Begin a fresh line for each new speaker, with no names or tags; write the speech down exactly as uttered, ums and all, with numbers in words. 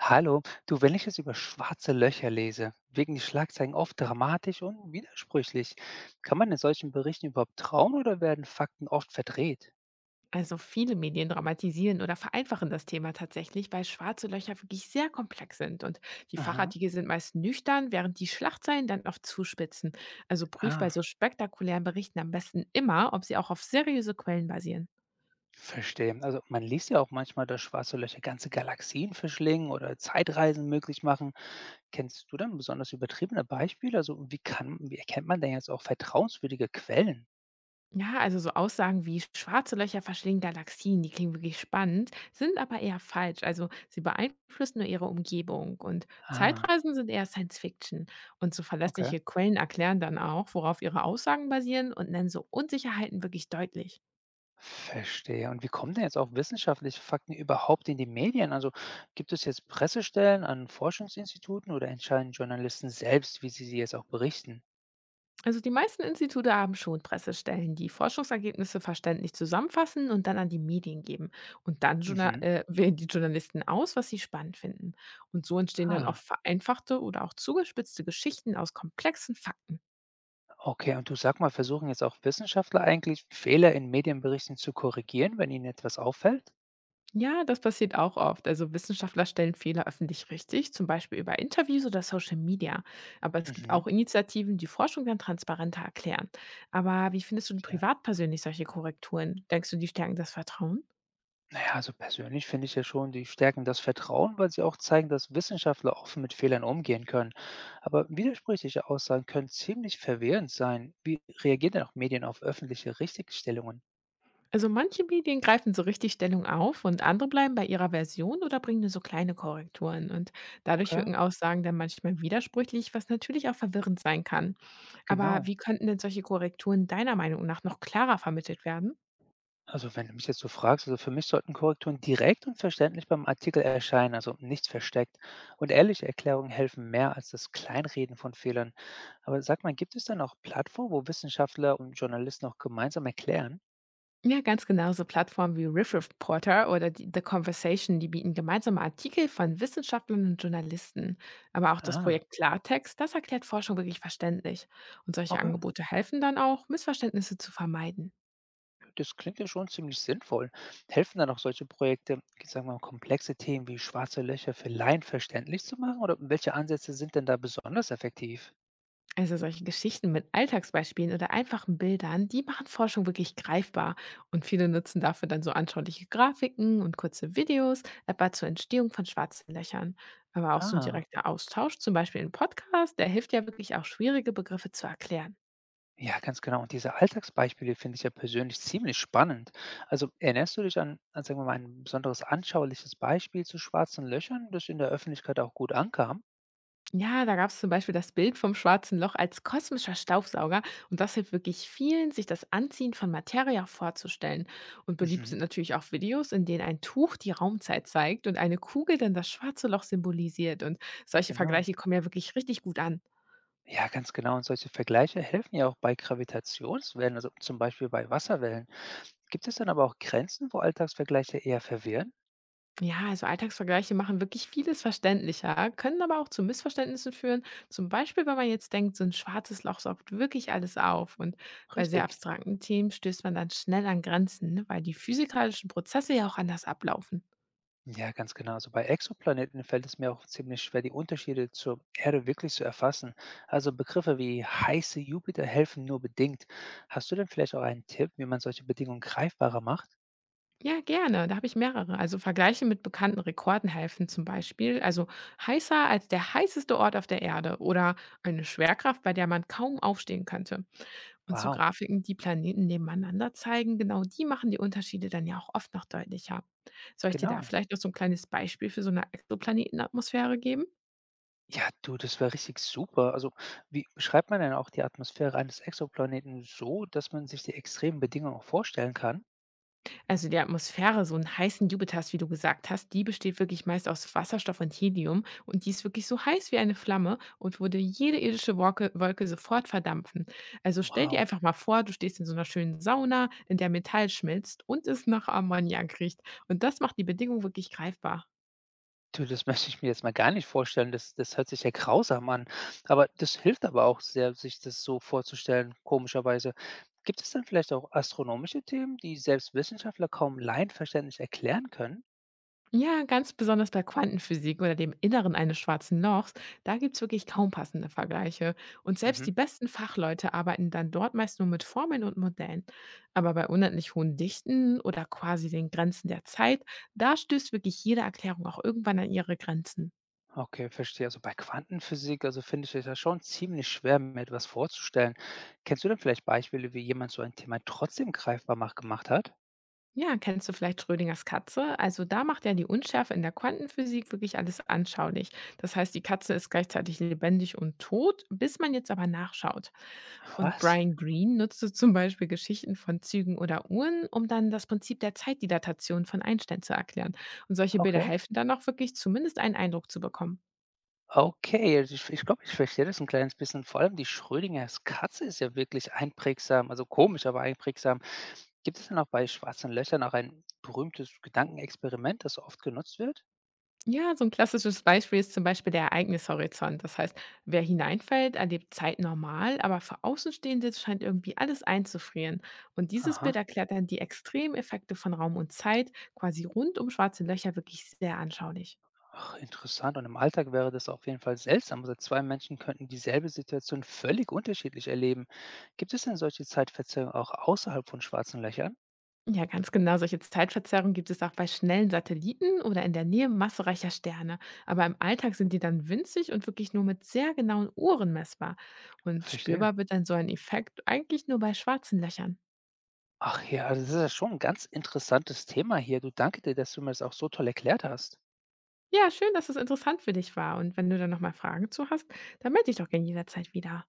Hallo, du, wenn ich jetzt über schwarze Löcher lese, wirken die Schlagzeilen oft dramatisch und widersprüchlich. Kann man in solchen Berichten überhaupt trauen oder werden Fakten oft verdreht?
Also viele Medien dramatisieren oder vereinfachen das Thema tatsächlich, weil schwarze Löcher wirklich sehr komplex sind und die
Aha.
Fachartikel sind meist nüchtern, während die Schlagzeilen dann oft zuspitzen. Also prüf bei
Ah,
so spektakulären Berichten am besten immer, ob sie auch auf seriöse Quellen basieren.
verstehe. Also man liest ja auch manchmal, dass schwarze Löcher ganze Galaxien verschlingen oder Zeitreisen möglich machen. Kennst du denn besonders übertriebene Beispiele? Also wie kann, wie erkennt man denn jetzt auch vertrauenswürdige Quellen?
Ja, also so Aussagen wie schwarze Löcher verschlingen Galaxien, die klingen wirklich spannend, sind aber eher falsch. Also sie beeinflussen nur ihre Umgebung. Und
Ah,
Zeitreisen sind eher Science Fiction. Und so
okay.
verlässliche Quellen erklären dann auch, worauf ihre Aussagen basieren und nennen so Unsicherheiten wirklich deutlich.
Verstehe. Und wie kommen denn jetzt auch wissenschaftliche Fakten überhaupt in die Medien? Also gibt es jetzt Pressestellen an Forschungsinstituten oder entscheiden Journalisten selbst, wie sie sie jetzt auch berichten?
Also die meisten Institute haben schon Pressestellen, die Forschungsergebnisse verständlich zusammenfassen und dann an die Medien geben. Und dann Journa-
Mhm.
äh, wählen die Journalisten aus, was sie spannend finden. Und so entstehen dann
Ah,
oft vereinfachte oder auch zugespitzte Geschichten aus komplexen Fakten.
okay. Und du sag mal, versuchen jetzt auch Wissenschaftler eigentlich Fehler in Medienberichten zu korrigieren, wenn ihnen etwas auffällt?
Ja, das passiert auch oft. Also Wissenschaftler stellen Fehler öffentlich richtig, zum Beispiel über Interviews oder Social Media. Aber es gibt
Mhm.
auch Initiativen, die Forschung dann transparenter erklären. Aber wie findest du denn privat persönlich solche Korrekturen? Denkst du, die stärken das Vertrauen?
Na ja, also persönlich finde ich ja schon, die stärken das Vertrauen, weil sie auch zeigen, dass Wissenschaftler offen mit Fehlern umgehen können. Aber widersprüchliche Aussagen können ziemlich verwirrend sein. Wie reagieren denn auch Medien auf öffentliche Richtigstellungen?
Also manche Medien greifen so richtig Stellung auf und andere bleiben bei ihrer Version oder bringen nur so kleine Korrekturen. Und dadurch
Okay,
wirken Aussagen dann manchmal widersprüchlich, was natürlich auch verwirrend sein kann. Aber
genau.
wie könnten denn solche Korrekturen deiner Meinung nach noch klarer vermittelt werden?
Also wenn du mich jetzt so fragst, also für mich sollten Korrekturen direkt und verständlich beim Artikel erscheinen, also nichts versteckt. Und ehrliche Erklärungen helfen mehr als das Kleinreden von Fehlern. Aber sag mal, gibt es dann auch Plattformen, wo Wissenschaftler und Journalisten auch gemeinsam erklären?
Ja, ganz genau. So Plattformen wie Riff Porter oder die The Conversation, die bieten gemeinsame Artikel von Wissenschaftlern und Journalisten. Aber auch das
Ah,
Projekt Klartext, das erklärt Forschung wirklich verständlich. Und solche
okay.
Angebote helfen dann auch, Missverständnisse zu vermeiden.
Das klingt ja schon ziemlich sinnvoll. Helfen dann auch solche Projekte, ich sag mal, komplexe Themen wie schwarze Löcher für Laien verständlich zu machen? Oder welche Ansätze sind denn da besonders effektiv?
Also solche Geschichten mit Alltagsbeispielen oder einfachen Bildern, die machen Forschung wirklich greifbar. Und viele nutzen dafür dann so anschauliche Grafiken und kurze Videos, etwa zur Entstehung von schwarzen Löchern. Aber auch so ein
Ah,
direkter Austausch, zum Beispiel ein Podcast, der hilft ja wirklich auch schwierige Begriffe zu erklären.
ja, ganz genau. Und diese Alltagsbeispiele finde ich ja persönlich ziemlich spannend. Also erinnerst du dich an, an, sagen wir mal, ein besonderes anschauliches Beispiel zu schwarzen Löchern, das in der Öffentlichkeit auch gut ankam?
Ja, da gab es zum Beispiel das Bild vom Schwarzen Loch als kosmischer Staubsauger und das hilft wirklich vielen, sich das Anziehen von Materia vorzustellen. Und beliebt sind
Mhm,
natürlich auch Videos, in denen ein Tuch die Raumzeit zeigt und eine Kugel dann das Schwarze Loch symbolisiert. Und solche
genau.
Vergleiche kommen ja wirklich richtig gut an.
Ja, ganz genau. Und solche Vergleiche helfen ja auch bei Gravitationswellen, also zum Beispiel bei Wasserwellen. Gibt es dann aber auch Grenzen, wo Alltagsvergleiche eher verwirren?
Ja, also Alltagsvergleiche machen wirklich vieles verständlicher, können aber auch zu Missverständnissen führen. Zum Beispiel, wenn man jetzt denkt, so ein schwarzes Loch saugt wirklich alles auf. Und bei sehr
Richtig.
abstrakten Themen stößt man dann schnell an Grenzen, ne, weil die physikalischen Prozesse ja auch anders ablaufen.
Ja, ganz genau. Also bei Exoplaneten fällt es mir auch ziemlich schwer, die Unterschiede zur Erde wirklich zu erfassen. Also Begriffe wie heiße Jupiter helfen nur bedingt. Hast du denn vielleicht auch einen Tipp, wie man solche Bedingungen greifbarer macht?
Ja, gerne. Da habe ich mehrere. Also Vergleiche mit bekannten Rekorden helfen zum Beispiel. Also heißer als der heißeste Ort auf der Erde oder eine Schwerkraft, bei der man kaum aufstehen könnte. Und so
Wow,
Grafiken, die Planeten nebeneinander zeigen, genau die machen die Unterschiede dann ja auch oft noch deutlicher. Soll ich dir da
genau.
vielleicht noch so ein kleines Beispiel für so eine Exoplanetenatmosphäre geben?
Ja, du, das war richtig super. Also, wie beschreibt man denn auch die Atmosphäre eines Exoplaneten so, dass man sich die extremen Bedingungen auch vorstellen kann?
Also, die Atmosphäre so 'n heißen Jupiters, wie du gesagt hast, die besteht wirklich meist aus Wasserstoff und Helium und die ist wirklich so heiß wie eine Flamme und würde jede irdische Wolke Wolke sofort verdampfen. Also, stell dir
Wow.
einfach mal vor, du stehst in so einer schönen Sauna, in der Metall schmilzt und es nach Ammoniak riecht. Und das macht die Bedingung wirklich greifbar.
Du, das möchte ich mir jetzt mal gar nicht vorstellen. Das, das hört sich ja grausam an. Aber das hilft aber auch sehr, sich das so vorzustellen, komischerweise. Gibt es dann vielleicht auch astronomische Themen, die selbst Wissenschaftler kaum laienverständlich erklären können?
Ja, ganz besonders bei Quantenphysik oder dem Inneren eines schwarzen Lochs, da gibt's wirklich kaum passende Vergleiche. Und selbst
Mhm.
die besten Fachleute arbeiten dann dort meist nur mit Formeln und Modellen. Aber bei unendlich hohen Dichten oder quasi den Grenzen der Zeit, da stößt wirklich jede Erklärung auch irgendwann an ihre Grenzen.
Okay, verstehe. Also bei Quantenphysik, also finde ich es ja schon ziemlich schwer, mir etwas vorzustellen. Kennst du denn vielleicht Beispiele, wie jemand so ein Thema trotzdem greifbar mach gemacht hat?
Ja, kennst du vielleicht Schrödingers Katze? Also da macht er die Unschärfe in der Quantenphysik wirklich alles anschaulich. Das heißt, die Katze ist gleichzeitig lebendig und tot, bis man jetzt aber nachschaut. Und
Was?
Brian Greene nutzte zum Beispiel Geschichten von Zügen oder Uhren, um dann das Prinzip der Zeitdilatation von Einstein zu erklären. Und solche Bilder
Okay.
helfen dann auch wirklich, zumindest einen Eindruck zu bekommen.
Okay, also ich, ich glaube, ich verstehe das ein kleines bisschen. Vor allem die Schrödingers Katze ist ja wirklich einprägsam, also komisch, aber einprägsam. Gibt es denn auch bei schwarzen Löchern auch ein berühmtes Gedankenexperiment, das oft genutzt wird?
Ja, so ein klassisches Beispiel ist zum Beispiel der Ereignishorizont. Das heißt, wer hineinfällt, erlebt Zeit normal, aber für Außenstehende scheint irgendwie alles einzufrieren. Und dieses Bild
Aha.
erklärt dann die Extremeffekte von Raum und Zeit quasi rund um schwarze Löcher wirklich sehr anschaulich.
Ach, interessant. Und im Alltag wäre das auf jeden Fall seltsam. Also zwei Menschen könnten dieselbe Situation völlig unterschiedlich erleben. Gibt es denn solche Zeitverzerrungen auch außerhalb von schwarzen Löchern?
Ja, ganz genau. Solche Zeitverzerrungen gibt es auch bei schnellen Satelliten oder in der Nähe massereicher Sterne. Aber im Alltag sind die dann winzig und wirklich nur mit sehr genauen Uhren messbar. Und
Verstehe.
spürbar wird dann so ein Effekt eigentlich nur bei schwarzen Löchern.
Ach ja, also das ist ja schon ein ganz interessantes Thema hier. Du, danke dir, dass du mir das auch so toll erklärt hast.
Ja, schön, dass es interessant für dich war. Und wenn du da noch mal Fragen zu hast, dann melde dich doch gerne jederzeit wieder.